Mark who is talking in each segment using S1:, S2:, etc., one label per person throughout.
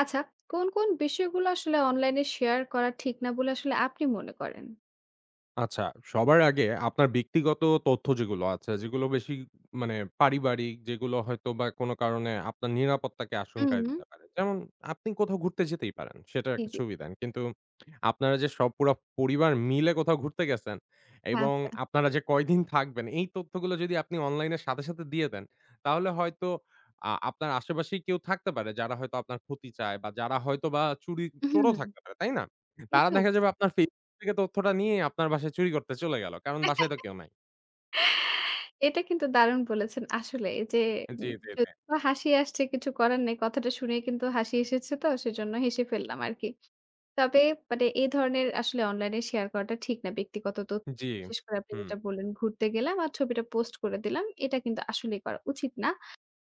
S1: আচ্ছা, কোন বিষয়গুলো আসলে অনলাইনে শেয়ার করা ঠিক না বলে আসলে আপনি মনে করেন?
S2: আচ্ছা, সবার আগে আপনার ব্যক্তিগত তথ্য যেগুলো আছে, যেগুলো বেশি মানে পারিবারিক, যেগুলো হয়তো বা কোন কারণে আপনার নিরাপত্তাকে
S1: হুম,
S2: আশঙ্কায় দিতে পারে। যেমন আপনি কোথাও ঘুরতে যেতেই পারেন, সেটার
S1: জি,
S2: একটা
S1: জি।
S2: ছবি দেন। কিন্তু আপনারা যে সব পুরা পরিবার মিলে কোথাও ঘুরতে গেছেন এবং
S1: আচ্ছা।
S2: আপনারা যে কয়দিন থাকবেন, এই তথ্যগুলো যদি আপনি অনলাইনের সাথে, সাথে দিয়ে দেন, তাহলে হয়তো আপনার আশেপাশেই কেউ থাকতে পারে যারা হয়তো আপনার ক্ষতি চায় বা যারা হয়তোবা চুরি
S1: হুম।
S2: চোরও থাকতে পারে, তাই না? তারা
S1: এটা
S2: দেখা
S1: অবশ্য।
S2: যাবে আপনার থেকে তথ্যটা নিয়ে আপনার বাসায় চুরি করতে চলে গেল। কারণ বাসায় তো কেউ নাই।
S1: এটা কিন্তু দারুণ বলেছেন আসলে যে
S2: জি, জি, জি।
S1: যদিও হাসি আসছে কিছু করার নেই। কথাটা শুনে কিন্তু হাসি এসেছে তো সেজন্য হেসে ফেললাম আরকি। তবে মানে এই ধরনের আসলে অনলাইনে শেয়ার করাটা ঠিক না। ব্যক্তিগত তথ্য
S2: জি।
S1: বিশেষ করে আপনি
S2: হুম।
S1: যেটা বললেন ঘুরতে গেলাম আর ছবিটা পোস্ট করে দিলাম। এটা কিন্তু আসলেই করা উচিত না।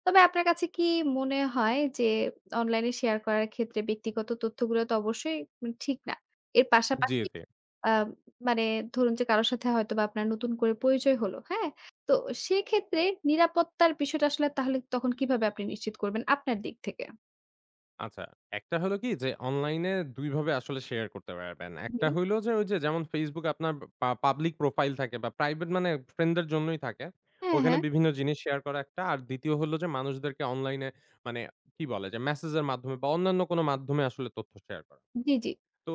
S1: তবে আপনার কাছে কি মনে হয় যে অনলাইনে শেয়ার করার ক্ষেত্রে ব্যক্তিগত তথ্যগুলো তো অবশ্যই ঠিক না। এর
S2: জি,
S1: পাশাপাশি
S2: জি।
S1: আ মানে ধরুন যে কারো সাথে হয়তোবা আপনার নতুন করে পরিচয় হলো, হ্যাঁ? তো সেক্ষেত্রে নিরাপত্তার বিষয়টা আসলে তাহলে তখন কিভাবে আপনি নিশ্চিত করবেন আপনার দিক থেকে?
S2: আচ্ছা। একটা হলো কি যে অনলাইনে ২ ভাবে আসলে শেয়ার করতে পারবেন। একটা
S1: জি।
S2: হইলো যে ওই যে যেমন Facebook আপনার পাবলিক প্রোফাইল থাকে বা প্রাইভেট ফ্রেন্ডদের জন্যই থাকে।
S1: হ্যাঁ,
S2: ওখানে
S1: হ্যাঁ।
S2: বিভিন্ন জিনিস শেয়ার করা একটা। আর ২য় হলো যে মানুষদেরকে অনলাইনে মানে কি বলে যে মেসেজের মাধ্যমে বা অন্যান্য কোনো মাধ্যমে আসলে তথ্য শেয়ার করা।
S1: জি, জি।
S2: তো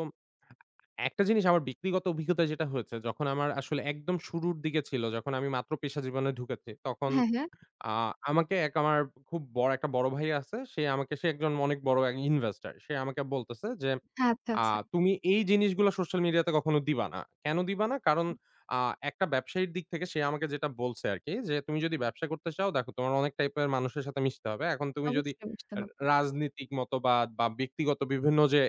S2: একটা জিনিস আমার ব্যক্তিগত অভিজ্ঞতায় যেটা হয়েছে, যখন আমার আসলে একদম শুরুর দিকে ছিল, যখন আমি মাত্র পেশা জীবনে ঢুকেছি, তখন
S1: হ্যাঁ, হ্যাঁ।
S2: আ আমাকে এক আমার খুব বড় একটা ভাই আছে। সে একজন অনেক বড় এক ইনভেস্টর। সে আমাকে বলতেছে যে,
S1: আচ্ছা,
S2: "আ
S1: আচ্ছা।
S2: তুমি এই জিনিসগুলা সোশ্যাল মিডিয়াতে কখনো দিবা না। কেন দিবা না? কারণ আ একটা ব্যবসায়ীর দিক থেকে সে আমাকে যেটা বলছে আরকি যে, "তুমি যদি ব্যবসা করতে চাও, দেখো তোমার অনেক টাইপের মানুষের সাথে মিশতে হবে। এখন তুমি যদি
S1: অবশ্যই বুঝতে হবে।
S2: রাজনীতিক মতবাদ বা ব্যক্তিগত বিভিন্ন যে"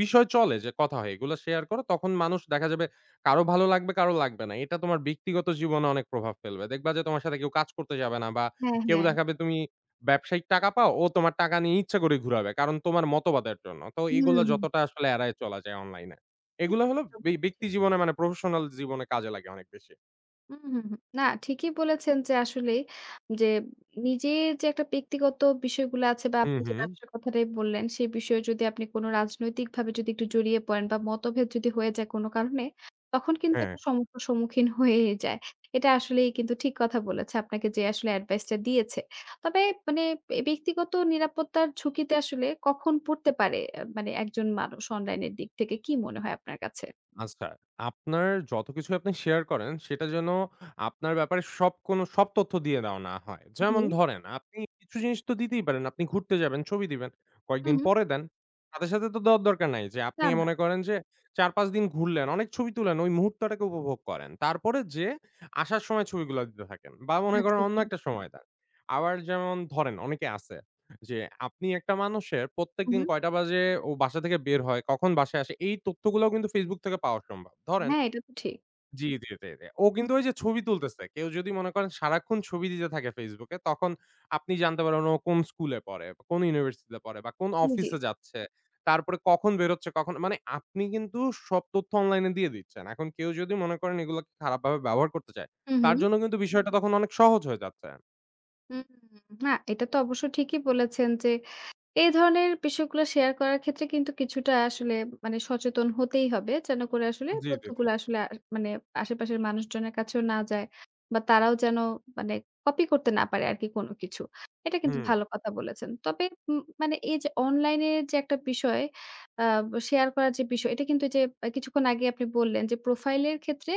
S2: বিষয় চলে যে কথা হয় এগুলো শেয়ার করো তখন মানুষ দেখা যাবে কারো ভালো লাগবে কারো লাগবে না। এটা তোমার ব্যক্তিগত জীবনে অনেক প্রভাব ফেলবে। দেখবা যে তোমার সাথে কেউ কাজ করতে যাবে না বা
S1: হ্যাঁ,
S2: কেউ
S1: হ্যাঁ।
S2: দেখাবে তুমি ব্যবসায়িক টাকা পাও ও তোমার টাকা নিয়ে ইচ্ছা করে ঘুরাবে। কারণ তোমার মতবাদের জন্য। তো
S1: হুম,
S2: এগুলো
S1: হুম।
S2: যতটা আসলে এড়ায় চলা যায় অনলাইনে। এগুলো হলো ব্যক্তি জীবনে প্রফেশনাল জীবনে কাজে লাগে অনেক বেশি।
S1: হুম, হুম, হুম। না ঠিকই বলেছেন যে আসলেই যে নিজের যে একটা ব্যক্তিগত বিষয়গুলো আছে বা
S2: হুম,
S1: আপনি যে
S2: হুম।
S1: ব্যবসার কথাটাই বললেন, সেই বিষয়ে যদি আপনি কোনো রাজনৈতিকভাবে যদি একটু জড়িয়ে পড়েন বা মতভেদ যদি হয়ে যায় কোনো কারণে, তখন কিন্তু
S2: হ্যাঁ।
S1: একটা সমস্যার সম্মুখীন হয়েই যায়। এটা আসলেই কিন্তু ঠিক কথা বলেছে আপনাকে যে আসলে অ্যাডভাইসটা দিয়েছে। তবে মানে এ ব্যক্তিগত নিরাপত্তার ঝুঁকিতে আসলে কখন পড়তে পারে মানে একজন মানুষ অনলাইনের দিক থেকে কি মনে হয় আপনার কাছে?
S2: আচ্ছা, আপনার যত কিছুই আপনি শেয়ার করেন সেটা যেন আপনার ব্যাপারে সব তথ্য দিয়ে দেওয়া না হয়। যেমন
S1: জি।
S2: ধরেন আপনি কিছু জিনিস তো দিতেই পারেন। আপনি ঘুরতে যাবেন, ছবি দিবেন। কয়েকদিন
S1: হুম, হুম।
S2: পরে দেন। সাথে, সাথে তো দেওয়ার দরকার নাই যে আপনি
S1: না, না।
S2: মনে করেন যে ৪-৫ দিন ঘুরলেন, অনেক ছবি তুলেন, ওই মুহূর্তটাকে উপভোগ করেন। তারপরে যেয়ে আসার সময় ছবিগুলা দিতে থাকেন বা মনে করেন
S1: আচ্ছা,
S2: অন্য
S1: আচ্ছা।
S2: একটা সময় দেন। আবার যেমন ধরেন অনেকে আছে যে আপনি একটা মানুষের
S1: হুম,
S2: প্রত্যেকদিন
S1: হুম।
S2: কয়টা বাজে ও বাসা থেকে বের হয়, কখন বাসায় আসে, এই তথ্যগুলাও কিন্তু Facebook থেকে পাওয়া সম্ভব। ধরেন
S1: হ্যাঁ, এটা তো ঠিক।
S2: জি। ও কিন্তু ওই যে ছবি তুলতেছে। কেউ যদি মনে করেন সারাক্ষণ ছবি দিতে থাকে Facebook এ, তখন আপনি জানতে পারবেন ও কোন স্কুলে পড়ে, বা কোন ইউনিভার্সিটিতে পড়ে বা কোন
S1: জি, জি।
S2: অফিসে যাচ্ছে। তারপরে কখন বেরোচ্ছে, কখন আপনি কিন্তু সব তথ্য অনলাইনে দিয়ে দিচ্ছেন। এখন কেউ যদি মনে করেন এগুলাকে খারাপভাবে ব্যবহার করতে চায়,
S1: হু, হু।
S2: তার জন্য কিন্তু বিষয়টা তখন অনেক সহজ হয়ে যাচ্ছে।
S1: হুম, না এটা তো অবশ্য ঠিকই বলেছেন যে এই ধরনের বিষয়গুলো শেয়ার করার ক্ষেত্রে কিন্তু কিছুটা আসলে মানে সচেতন হতেই হবে। যেন করে আসলে
S2: জি।
S1: তথ্যগুলো আসলে মানে আশেপাশের মানুষজনের কাছেও না যায় বা তারাও যেন মানে কপি করতে না পারে আরকি কোন কিছু। এটা কিন্তু
S2: হুম,
S1: ভালো কথা বলেছেন। তবে মানে এই যে অনলাইনে যে একটা বিষয় আ শেয়ার করার যে বিষয়, এটা কিন্তু যে কিছুক্ষণ আগে আপনি বললেন যে প্রোফাইলের ক্ষেত্রে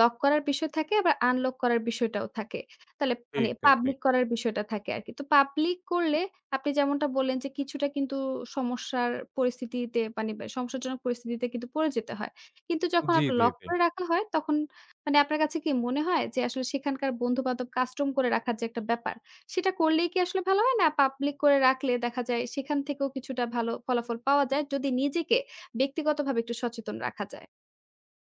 S1: লক করার বিষয় থাকে আবার আনলক করার বিষয়টাও থাকে। তাহলে মানে
S2: ঠিক।
S1: পাবলিক করার বিষয়টা থাকে আরকি। তো পাবলিক করলে আপনি যেমনটা বললেন যে কিছুটা কিন্তু সমস্যার পরিস্থিতিতে মানে বা সমস্যাজনক পরিস্থিতিতে কিন্তু পড়ে যেতে হয়। কিন্তু যখন
S2: জি,
S1: আপনার
S2: জি,
S1: লক
S2: জি।
S1: করে রাখা হয় তখন মানে আপনার কাছে কি মনে হয় যে আসলে সেখানকার বন্ধু-বান্ধব কাস্টম করে রাখার যে একটা ব্যাপার, সেটা করলেই কি আসলে ভালো হয়? না পাবলিক করে রাখলে দেখা যায় সেখান থেকেও কিছুটা ভালো ফলাফল পাওয়া যায় যদি নিজেকে ব্যক্তিগতভাবে একটু সচেতন রাখা যায়?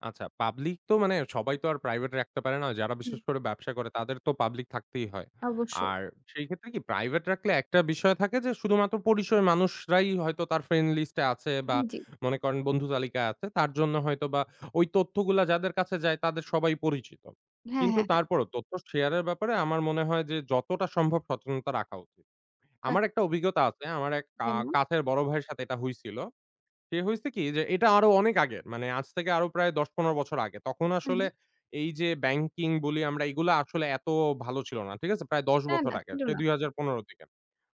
S2: আচ্ছা, পাবলিক তো সবাই তো আর প্রাইভেট রাখতে পারে না। যারা
S1: হুম,
S2: বিশেষ করে ব্যবসা করে তাদের তো পাবলিক থাকতেই হয়।
S1: অবশ্যই।
S2: আর সেই ক্ষেত্রে কি প্রাইভেট রাখলে একটা বিষয় থাকে যে শুধুমাত্র পরিচয় মানুষরাই হয়তো তার ফ্রেন্ড লিস্টে আছে বা
S1: জি, জি।
S2: মনে করেন বন্ধু তালিকায় আছে। তার জন্য হয়তোবা ওই তথ্যগুলা যাদের কাছে যায় তাদের সবাই পরিচিত।
S1: হ্যাঁ,
S2: কিন্তু
S1: হ্যাঁ, হ্যাঁ।
S2: তারপরও তথ্য শেয়ারের ব্যাপারে আমার মনে হয় যে যতটা সম্ভব সচেতনতা রাখা উচিত।
S1: বাহ!
S2: আমার একটা অভিজ্ঞতা আছে। আমার এক কা
S1: যেমন?
S2: কাছের বড় ভাইয়ের সাথে এটা হইছিল। সে হইছে কি যে এটা আরো অনেক আগের। মানে আজ থেকে আরো প্রায় ১০-১৫ বছর আগে। তখন
S1: হু,
S2: আসলে
S1: হু।
S2: এই যে ব্যাংকিং বলি আমরা এগুলা আসলে এত ভালো ছিল না। ঠিক আছে? প্রায় ১০
S1: না,
S2: বছর
S1: না
S2: আগে।
S1: ছিল
S2: প্রায়
S1: না।
S2: ২০১৫ থেকে।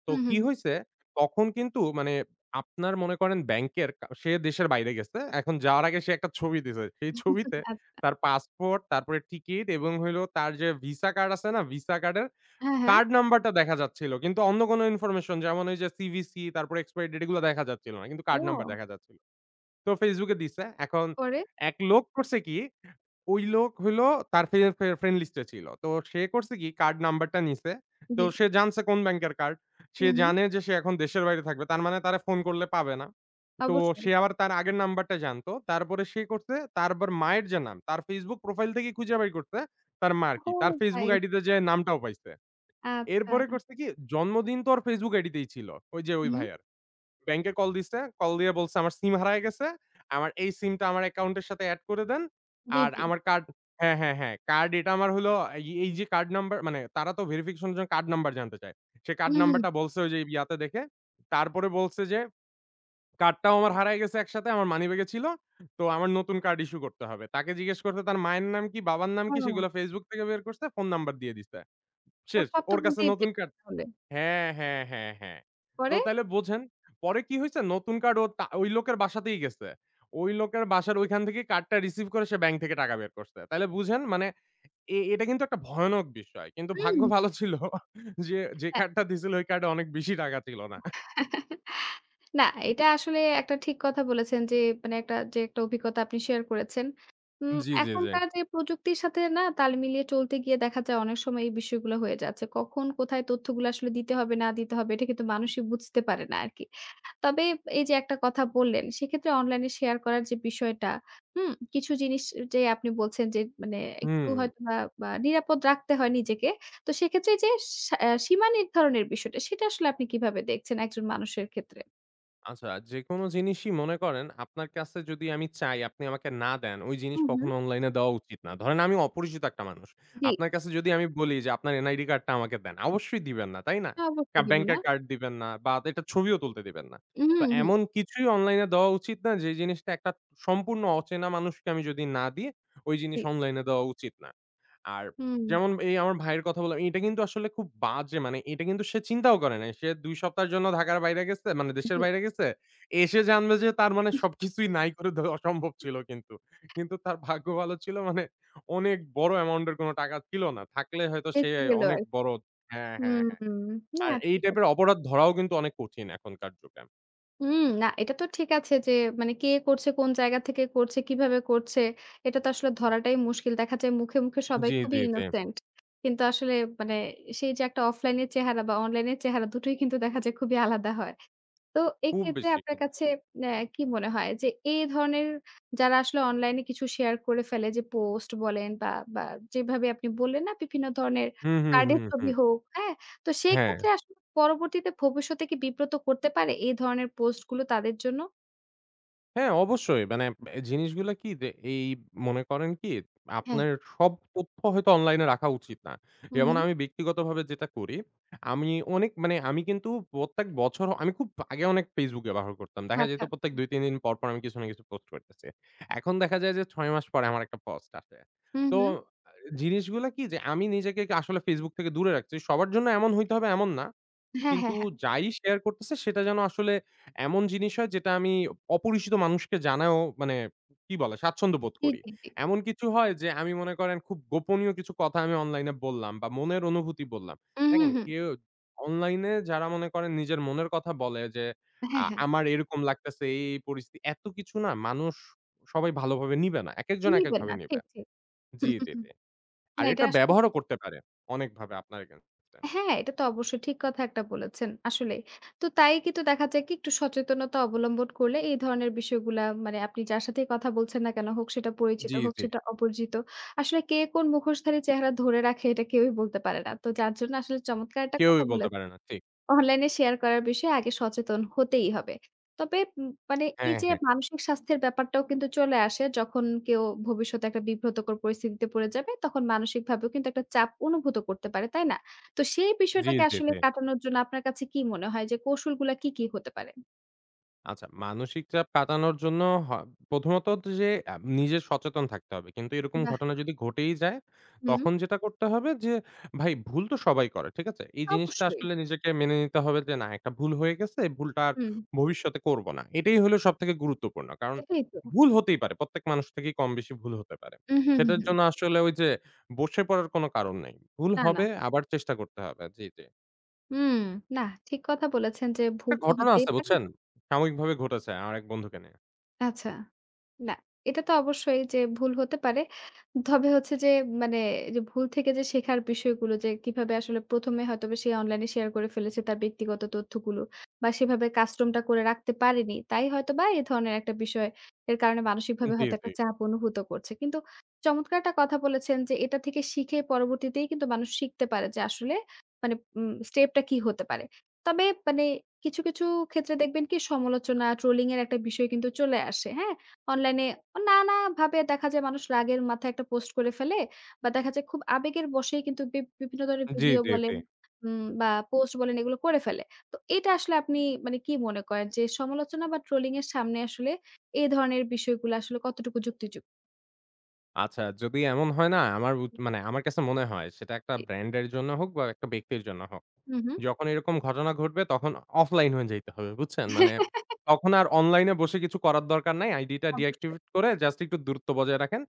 S2: তো
S1: হু, হু,
S2: কি
S1: হু।
S2: হইছে তখন কিন্তু আপনার মনে করেন ব্যাংকের কা সে দেশের বাইরে গেছে। এখন যাওয়ার আগে সে একটা ছবি দিছে।
S1: আচ্ছা।
S2: সেই ছবিতে তার পাসপোর্ট, তারপরে টিকিট এবং হইলো তার যে ভিসা কার্ড আছে না? ভিসা কার্ডের
S1: হ্যাঁ, হ্যাঁ।
S2: কার্ড নাম্বারটা দেখা যাচ্ছিল। কিন্তু অন্য কোনো ইনফরমেশন যেমন ওই যে সিভিসি তারপরে এক্সপায়ারি ডেট এগুলো দেখা যাচ্ছিল না। কিন্তু কার্ড নাম্বার
S1: ও!
S2: দেখা যাচ্ছিল। তো Facebook এ দিছে। এখন
S1: পরে?
S2: এক লোক করছে কি, ওই লোক হইলো তার ফে ফে ফ্রেন্ড লিস্টে ছিল। তো সে করছে কি কার্ড নাম্বারটা নিছে। তো
S1: জি।
S2: সে জানছে কোন ব্যাংকের কার্ড। সে
S1: হুম, হুম।
S2: জানে যে সে এখন দেশের বাইরে থাকবে। তার মানে তারে ফোন করলে পাবে না। তো
S1: অবশ্যই।
S2: সে আবার তার আগের নাম্বারটা জানতো। তারপরে সে করছে তার আবার মায়ের যে নাম, তার Facebook প্রোফাইল থেকে খুঁজে বাই করছে তার মার কি।
S1: ও
S2: তার Facebook
S1: ভাই!
S2: আইডিতে যেয়ে নামটাও পাইছে।
S1: আচ্ছা।
S2: এরপরে করছে কি জন্মদিন তো ওর Facebook আইডিতেই ছিল। ওই যে ওই
S1: হুম, হুম।
S2: ভাইয়ার। ব্যাংকে কল দিছে। কল দিয়ে বলছে, "আমার সিম হারায় গেছে। আমার এই সিমটা আমার অ্যাকাউন্টের সাথে এড করে দেন।
S1: জি,
S2: আর
S1: জি।
S2: আমার কার্ড" হ্যাঁ। কার্ড এটা আমার হলো এই এই যে কার্ড নাম্বার তারা তো ভেরিফিকেশন এর জন্য কার্ড নাম্বার জানতে চায়। সে কার্ড
S1: হুম, হুম।
S2: নাম্বারটা বলছে ওই যে ইয়াতে দেখে। তারপরে বলছে যে, "কার্ডটাও আমার হারায় গেছে একসাথে। আমার মানিব্যাগে ছিল। তো আমার নতুন কার্ড ইস্যু করতে হবে।" তাকে জিজ্ঞেস করছে তার মায়ের নাম কি, বাবার নাম কি
S1: ও,
S2: সেগুলো Facebook থেকে বের করছে, ফোন নাম্বার দিয়ে দিছে।
S1: ও
S2: শেষ।
S1: সব তো
S2: ওর কাছে
S1: বুঝতেই
S2: নতুন
S1: পেরেছি
S2: কার্ড
S1: তাহলে।
S2: হ্যাঁ। তো
S1: পরে?
S2: তাইলে বোঝেন, পরে কি হইছে? নতুন কার্ড ও তা ওই লোকের বাসাতেই গেছে। ওই লোকের বাসার ওইখান থেকে কার্ডটা রিসিভ করে সে ব্যাংক থেকে টাকা বের করছে। তাইলে বুঝেন এটা কিন্তু একটা ভয়ানক বিষয়। কিন্তু
S1: হুম।
S2: ভাগ্য ভালো ছিল যে কার্ডটা দিছিল ওই কার্ডে অনেক বেশি টাকা ছিল না।
S1: হ্যাঁ। না, এটা আসলে একটা ঠিক কথা বলেছেন যে মানে একটা যে একটা অভিজ্ঞতা আপনি শেয়ার করেছেন।
S2: জি।
S1: এখনকার যে প্রযুক্তির সাথে না তাল মিলিয়ে চলতে গিয়ে দেখা যায় অনেক সময় এই বিষয়গুলো হয়ে যাচ্ছে। কখন কোথায় তথ্যগুলো আসলে দিতে হবে না দিতে হবে এটা কিন্তু মানুষই বুঝতে পারে না আরকি। তবে এই যে একটা কথা বললেন সেক্ষেত্রে অনলাইনে শেয়ার করার যে বিষয়টা, হুম? কিছু জিনিস যে আপনি বলছেন যে মানে একটু
S2: হুম।
S1: হয়তোবা বা বা নিরাপদ রাখতে হয় নিজেকে। তো সেক্ষেত্রে এই যে সীমা নির্ধারণের বিষয়টা সেটা আসলে আপনি কিভাবে দেখছেন একজন মানুষের ক্ষেত্রে?
S2: আচ্ছা, যেকোনো জিনিসই মনে করেন আপনার কাছে যদি আমি চাই আপনি আমাকে না দেন, ওই জিনিস
S1: হুম, হুম।
S2: কখনো অনলাইনে দেওয়া উচিত না। ধরেন আমি অপরিচিত একটা মানুষ।
S1: জি।
S2: আপনার কাছে যদি আমি বলি যে আপনার NID কার্ডটা আমাকে দেন, অবশ্যই দিবেন না, তাই না?
S1: না অবশ্যই দিব না।
S2: ব্যাংকের কার্ড দিবেন না বা এটার ছবিও তুলতে দিবেন না।
S1: হুম,
S2: তো
S1: হুম,
S2: এমন কিছুই অনলাইনে দেওয়া উচিত না যে জিনিসটা একটা সম্পূর্ণ অচেনা মানুষকে আমি যদি না দিই, ওই
S1: জি।
S2: জিনিস অনলাইনে দেওয়া উচিত না। আর
S1: হুম,
S2: যেমন এই আমার ভাইয়ের কথা বললাম, এটা কিন্তু আসলে খুব বাজে এটা কিন্তু সে চিন্তাও করে নাই। সে ২ সপ্তাহের জন্য ঢাকার বাইরে গেছে, মানে দেশের
S1: জি।
S2: বাইরে গেছে। এসে জানবে যে তার মানে সবকিছুই নাই করে দেওয়া অসম্ভব ছিল কিন্তু। কিন্তু তার ভাগ্য ভালো ছিল অনেক বড় অ্যামাউন্ট এর কোনো টাকা ছিল না। থাকলে হয়তো সে
S1: বেঁচে গেল
S2: অনেক
S1: আরকি।
S2: বড় হ্যাঁ।
S1: হুম, না
S2: আর এই
S1: ঠিক
S2: টাইপের
S1: আছে।
S2: অপরাধ ধরাও কিন্তু অনেক কঠিন এখনকার যুগে।
S1: হুম, না এটা তো ঠিক আছে যে মানে কে করছে, কোন জায়গা থেকে করছে, কিভাবে করছে এটা তো আসলে ধরাটাই মুশকিল। দেখা যায় মুখে, মুখে সবাই
S2: জি,
S1: খুবই
S2: জি, জি।
S1: ইনোসেন্ট। কিন্তু আসলে মানে সেই যে একটা অফলাইন এর চেহারা বা অনলাইন এর চেহারা দুটোই কিন্তু দেখা যায় খুবই আলাদা হয়। তো
S2: খুব
S1: এক্ষেত্রে
S2: বেশি,
S1: আপনার
S2: খুব
S1: কাছে
S2: বেশি।
S1: অ্যা কি মনে হয় যে এই ধরনের যারা আসলে অনলাইনে কিছু শেয়ার করে ফেলে যে পোস্ট বলেন বা, বা যেভাবে আপনি বললেন না বিভিন্ন ধরনের
S2: হুম, হুম,
S1: কার্ডের
S2: হুম,
S1: ছবি
S2: হুম।
S1: হোক, হ্যাঁ? তো সেই
S2: হ্যাঁ।
S1: ক্ষেত্রে আসলে পরবর্তীতে ভবিষ্যতে কি বিব্রত করতে পারে এই ধরনের পোস্ট গুলো তাদের জন্য?
S2: হ্যাঁ, অবশ্যই। এ জিনিসগুলা কি যে এই মনে করেন কি
S1: হ্যাঁ।
S2: আপনার সব তথ্য হয়তো অনলাইনে রাখা উচিত না।
S1: হুম,
S2: যেমন
S1: হুম।
S2: আমি ব্যক্তিগতভাবে যেটা করি, আমি অনেক আমি কিন্তু প্রত্যেক বছর আমি খুব আগে অনেক Facebook ব্যবহার করতাম। দেখা যেত
S1: আচ্ছা।
S2: প্রত্যেক ২-৩ দিন পর আমি কিছু না কিছু পোস্ট করতেছি। এখন দেখা যায় যে ৬ মাস পরে আমার একটা পোস্ট আসে।
S1: হুম,
S2: তো
S1: হুম।
S2: আ জিনিসগুলা কি যে আমি নিজেকে আসলে Facebook থেকে দূরে রাখছি। সবার জন্য এমন হইতে হবে এমন না।
S1: হ্যাঁ,
S2: কিন্তু
S1: হ্যাঁ, হ্যাঁ।
S2: যাই শেয়ার করতেছে সেটা যেন আসলে এমন জিনিস হয় যেটা আমি অপরিচিত মানুষকে জানায়ও কি বলে স্বাচ্ছন্দ্য বোধ
S1: জি,
S2: করি।
S1: জি, জি।
S2: এমন কিছু হয় যে আমি মনে করেন খুব গোপনীয় কিছু কথা আমি অনলাইনে বললাম বা মনের অনুভূতি বললাম।
S1: হুম, হুম,
S2: দেখেন
S1: হুম।
S2: কেউ অনলাইনে যারা মনে করেন নিজের মনের কথা বলে যে
S1: হ্যাঁ, হ্যাঁ।
S2: আমার এরকম লাগতেছে এই পরিস্থিতি এত কিছু না মানুষ সবাই ভালোভাবে নিবে না। একেকজন
S1: নিবে
S2: একেকভাবে
S1: না।
S2: নিবে।
S1: ঠিক, ঠিক। হুম,
S2: জি,
S1: হুম,
S2: জি,
S1: হুম।
S2: জি। আর
S1: না এটা
S2: এটার
S1: আসলে
S2: ব্যবহারও করতে পারে অনেকভাবে আপনার এগেইনস্ট এ।
S1: হ্যাঁ, এটা তো অবশ্যই ঠিক কথা একটা বলেছেন। আসলেই। তো তাই কিন্তু দেখা যায় কি একটু সচেতনতা অবলম্বন করলে এই ধরনের বিষয়গুলা মানে আপনি যার সাথেই কথা বলছেন না কেন হোক সেটা পরিচিত
S2: জি,
S1: হোক
S2: জি।
S1: সেটা অপরিচিত। আসলে কে কোন মুখোশধারী চেহারা ধরে রাখে এটা কেউই বলতে পারে না। তো যার জন্য আসলে চমৎকার একটা
S2: কেউই
S1: কথা
S2: বলতে পারে
S1: বলেছেন।
S2: না। ঠিক।
S1: অনলাইনে শেয়ার করার বিষয়ে আগে সচেতন হতেই হবে। তবে মানে এই
S2: হ্যাঁ,
S1: যে
S2: হ্যাঁ।
S1: মানসিক স্বাস্থ্যের ব্যাপারটাও কিন্তু চলে আসে যখন কেউ ভবিষ্যতে একটা বিব্রতকর পরিস্থিতিতে পড়ে যাবে, তখন মানসিকভাবেও কিন্তু একটা চাপ অনুভূত করতে পারে, তাই না? তো সেই
S2: জি,
S1: বিষয়টাকে
S2: জি,
S1: আসলে
S2: জি।
S1: কাটানোর জন্য আপনার কাছে কি মনে হয় যে কৌশলগুলা কি, কি হতে পারে?
S2: আচ্ছা মানসিক চাপ কাটানোর জন্য হ প্রথমত যে নিজে সচেতন থাকতে হবে। কিন্তু এরকম
S1: বাহ!
S2: ঘটনা যদি ঘটেই যায়,
S1: হুম,
S2: তখন যেটা করতে হবে যে ভাই ভুল তো সবাই করে। ঠিক আছে? এই জিনিসটা
S1: অবশ্যই।
S2: আসলে নিজেকে মেনে নিতে হবে যে না একটা ভুল হয়ে গেছে। এই ভুলটা আর
S1: হুম,
S2: ভবিষ্যতে করব না। এটাই হলো সবথেকে গুরুত্বপূর্ণ। কারণ
S1: এটাই তো।
S2: ভুল হতেই পারে। প্রত্যেক মানুষ থেকেই কম বেশি ভুল হতে পারে।
S1: উম হুম, হুম,
S2: সেটার
S1: হুম।
S2: জন্য আসলে ওই যে বসে পড়ার কোনো কারণ নেই। ভুল
S1: না, না।
S2: হবে আবার চেষ্টা করতে হবে। জি।
S1: হুম, না ঠিক কথা বলেছেন যে
S2: একটা
S1: ভুল তো
S2: ঘটনা
S1: হতেই
S2: আছে
S1: পারে।
S2: বুঝছেন? সাময়িকভাবে ঘটেছে আমার এক বন্ধুকে নিয়ে।
S1: আচ্ছা, না। এটা তো অবশ্যই যে ভুল হতে পারে। তবে হচ্ছে যে মানে যে ভুল থেকে যে শেখার বিষয়গুলো যে কিভাবে আসলে ১ম এ হয়তোবা সে অনলাইনে শেয়ার করে ফেলেছে তার ব্যক্তিগত তথ্যগুলো বা সেভাবে কাস্টমটা করে রাখতে পারেনি। তাই হয়তোবা এ ধরনের একটা বিষয় এর কারণে মানসিকভাবে
S2: জি,
S1: হয়তো
S2: জি।
S1: একটা চাপ অনুভূত করছে। কিন্তু চমৎকার একটা কথা বলেছেন যে এটা থেকে শিখে পরবর্তীতেই কিন্তু মানুষ শিখতে পারে যে আসলে মানে স্টেপটা কি হতে পারে। তবে মানে কিছু, কিছু ক্ষেত্রে দেখবেন কি সমালোচনা, ট্রোলিং এর একটা বিষয় কিন্তু চলে আসে। হ্যাঁ? অনলাইনে নানাভাবে দেখা যায় মানুষ রাগের মাথায় একটা পোস্ট করে ফেলে বা দেখা যায় খুব আবেগের বশেই কিন্তু বিভিন্ন ধরনের
S2: জি,
S1: ভিডিও
S2: জি, জি।
S1: বলেন বা পোস্ট বলেন এগুলো করে ফেলে। তো এটা আসলে আপনি মানে কি মনে করেন যে সমালোচনা বা ট্রোলিং এর সামনে আসলে এই ধরনের বিষয়গুলো আসলে কতটুকু যুক্তিযুক্ত?
S2: আচ্ছা যদি এমন হয় না আমার উদ মানে আমার কাছে মনে হয় সেটা একটা
S1: জি।
S2: ব্র্যান্ডের জন্য হোক বা একটা ব্যক্তির জন্য হোক।
S1: হুম, হুম।
S2: যখন এরকম ঘটনা ঘটবে তখন অফলাইন হয়ে যাইতে হবে বুঝছেন? তখন আর অনলাইনে বসে কিছু করার দরকার নাই। আইডিটা
S1: অবশ্যই।
S2: ডিঅ্যাক্টিভেট করে জাস্ট একটু দূরত্ব বজায় রাখেন।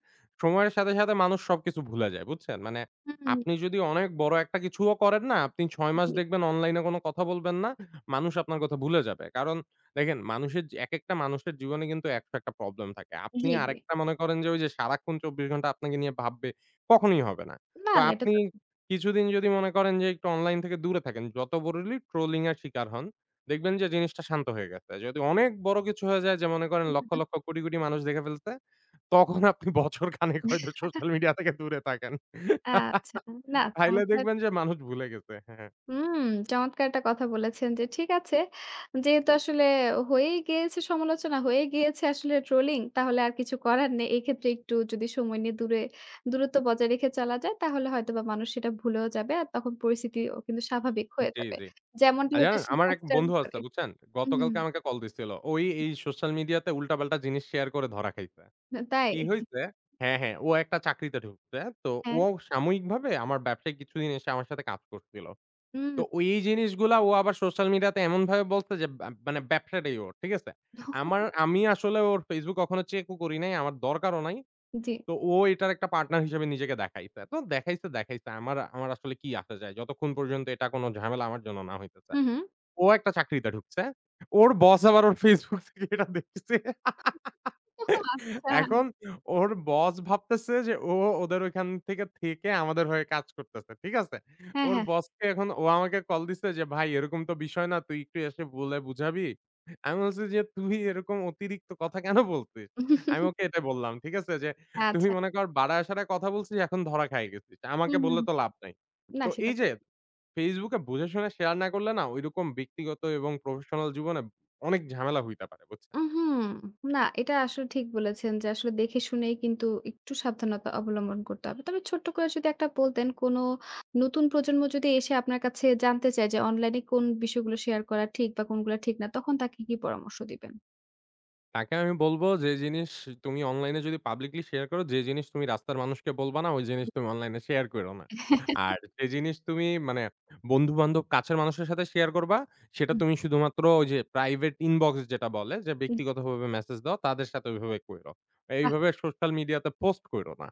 S2: সময়ের সাথে, সাথে মানুষ সবকিছু ভুলে যায় বুঝছেন?
S1: হুম, হুম।
S2: আপনি যদি অনেক বড় একটা কিছুও করেন না আপনি ৬ মাস
S1: জি,
S2: দেখবেন অনলাইনে কোনো কথা বলবেন না। মানুষ আপনার কথা ভুলে যাবে। কারণ দেখেন মানুষের যে একেকটা মানুষের জীবনে কিন্তু ১০০ একটা প্রবলেম থাকে। আপনি
S1: জি, জি।
S2: আরেকটা মনে করেন যে ওই যে সারাক্ষণ ২৪ ঘন্টা আপনাকে নিয়ে ভাববে, কখনোই হবে না।
S1: না,
S2: তো
S1: না এটা
S2: আপনি
S1: তো
S2: কিছুদিন যদি মনে করেন যে একটু অনলাইন থেকে দূরে থাকেন, যত বড়লি ট্রোলিং এর শিকার হন, দেখবেন যে জিনিসটা শান্ত হয়ে গেছে। যদি অনেক বড় কিছু হয়ে যায় যে মনে করেন
S1: হুম, হুম,
S2: লক্ষ,
S1: হুম।
S2: লক্ষ কোটি মানুষ দেখে ফেলছে, তখন আপনি বছর খানেক হয়তো সোশ্যাল মিডিয়া থেকে দূরে থাকেন।
S1: আচ্ছা। না
S2: তাইলে
S1: চমৎকার
S2: দেখবেন যে মানুষ ভুলে গেছে। হ্যাঁ,
S1: হুম, চমৎকার একটা কথা বলেছেন যে ঠিক আছে, যেহেতু আসলে হয়েই গিয়েছে সমালোচনা, হয়ে গিয়েছে আসলে ট্রোলিং তাহলে আর কিছু করার নেই। এক্ষেত্রে একটু যদি সময় নিয়ে দূরত্ব বজায় রেখে চলা যায় তাহলে হয়তোবা মানুষ সেটা ভুলেও যাবে। আর তখন পরিস্থিতিও কিন্তু স্বাভাবিক হয়ে
S2: জি,
S1: যাবে।
S2: জি।
S1: যেমনটা হচ্ছে
S2: জানেন আমার এক
S1: সুপারস্টার
S2: বন্ধু আছে
S1: করে
S2: বুঝছেন?
S1: হুম,
S2: গতকালকে আমাকে কল দিছিল। ওই এই সোশ্যাল মিডিয়াতে উল্টাপাল্টা জিনিস শেয়ার করে ধরা খাইছে।
S1: তাই?
S2: কি হইছে হ্যাঁ, ও একটা চাকরিতে ঢুকছে। তো
S1: হ্যাঁ,
S2: ও সাময়িকভাবে আমার ব্যবসায় কিছুদিন এসে আমার সাথে কাজ করছিল।
S1: হুম,
S2: তো ওই এই জিনিসগুলা ও আবার সোশ্যাল মিডিয়াতে এমনভাবে বলছে যে বা মানে ব্যবসাটাই ওর। ঠিক আছে? আমি আসলে ওর Facebook কখনো চেকও করি নাই। আমার দরকারও নাই।
S1: জি।
S2: তো ও এটার একটা পার্টনার হিসেবে নিজেকে দেখাইছে। তো দেখাইছে। আমার আমার আসলে কি আসা যায়? যতক্ষণ পর্যন্ত এটা কোন ঝামেলা আমার জন্য না হইতেছে।
S1: হুম, হুম।
S2: ও একটা চাকরিতে ঢুকছে। ওর বস আবার ওর Facebook থেকে এটা দেখছে।
S1: আচ্ছা।
S2: এখন ওর বস ভাবতেছে যে ও ওদের ওইখান থেকে আমাদের হয়ে কাজ করতেছে। ঠিক আছে?
S1: হ্যাঁ,
S2: ওর
S1: হ্যাঁ।
S2: বসকে এখন ও আমাকে কল দিছে যে, "ভাই এরকম তো বিষয় না। তুই একটু এসে বলে বুঝাবি?" আমি বলছি যে, "তুই এরকম অতিরিক্ত কথা কেন বলছিস?" আমি ওকে এটা বললাম। ঠিক আছে? যে, "তুই
S1: আচ্ছা।
S2: মনে কর বাড়ায়-সাড়ায় কথা বলছিস, এখন ধরা খায়ে গেছিস। আমাকে
S1: হুম, হুম।
S2: বললে
S1: হুম।
S2: তো লাভ নাই।"
S1: না
S2: তো
S1: সেটা
S2: এই
S1: তো
S2: যে ফেসবুকে বুঝে শুনে শেয়ার না করলে না ঐরকম ব্যক্তিগত এবং প্রফেশনাল জীবনে অনেক ঝামেলা হইতে পারে, বুঝছেন?
S1: উহুম, না এটা আসলে ঠিক বলেছেন যে আসলে দেখে শুনেই কিন্তু একটু সাবধানতা অবলম্বন করতে হবে। তবে ছোট্ট করে যদি একটা বলতেন কোন নতুন প্রজন্ম যদি এসে আপনার কাছে জানতে চায় যে অনলাইনে কোন বিষয়গুলো শেয়ার করা ঠিক বা কোনগুলো ঠিক না, তখন তাকে কি পরামর্শ দিবেন?
S2: তাকে আমি বলব যে জিনিস তুমি অনলাইনে যদি পাবলিকলি শেয়ার করো, যে জিনিস তুমি রাস্তার মানুষকে বলবা না, ওই জিনিস তুমি অনলাইনে শেয়ার কইরো না। আর যে জিনিস তুমি বন্ধু-বান্ধব, কাছের মানুষের সাথে শেয়ার করবা, সেটা
S1: হুম,
S2: তুমি শুধুমাত্র ওই যে প্রাইভেট ইনবক্স যেটা বলে যে
S1: জি।
S2: ব্যক্তিগতভাবে মেসেজ দাও, তাদের সাথে ওইভাবে কইরো। এইভাবে সোশ্যাল মিডিয়াতে পোস্ট কইরো না।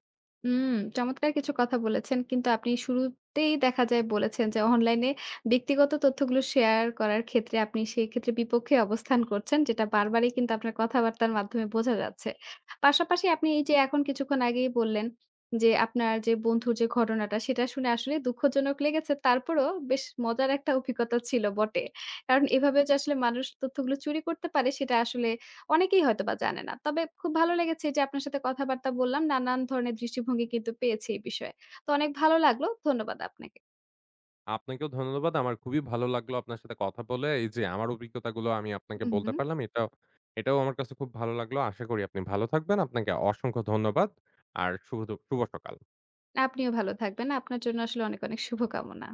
S1: হুম, চমৎকার কিছু কথা বলেছেন। কিন্তু আপনি শুরুতেই দেখা যায় বলেছেন যে, অনলাইনে ব্যক্তিগত তথ্যগুলো শেয়ার করার ক্ষেত্রে আপনি সেক্ষেত্রে বিপক্ষে অবস্থান করছেন। যেটা বারবারই কিন্তু আপনার কথাবার্তার মাধ্যমে বোঝা যাচ্ছে। পাশাপাশি আপনি এই যে এখন কিছুক্ষণ আগেই বললেন যে, আপনার যে বন্ধুর যে ঘটনাটা সেটা শুনে আসলে দুঃখজনক লেগেছে। তারপরেও বেশ মজার একটা অভিজ্ঞতা ছিল বটে। কারণ এভাবে যে আসলে মানুষ তথ্যগুলো চুরি করতে পারে সেটা আসলে অনেকেই হয়তোবা জানে না। তবে খুব ভালো লেগেছে যে আপনার সাথে কথাবার্তা বললাম। নানান ধরনের দৃষ্টিভঙ্গি কিন্তু পেয়েছি এই বিষয়ে। তো অনেক ভালো লাগলো। ধন্যবাদ আপনাকে।
S2: আপনাকেও ধন্যবাদ। আমার খুবই ভালো লাগলো আপনার সাথে কথা বলে। এই যে আমার অভিজ্ঞতাগুলো আমি আপনাকে
S1: হুম,
S2: বলতে
S1: হুম।
S2: পারলাম। এটাও এটাও আমার কাছে খুব ভালো লাগলো। আশা করি আপনি ভালো থাকবেন। আপনাকে অসংখ্য ধন্যবাদ। আর শুভ সকাল।
S1: আপনিও ভালো থাকবেন। আপনার জন্য আসলে অনেক, অনেক শুভকামনা।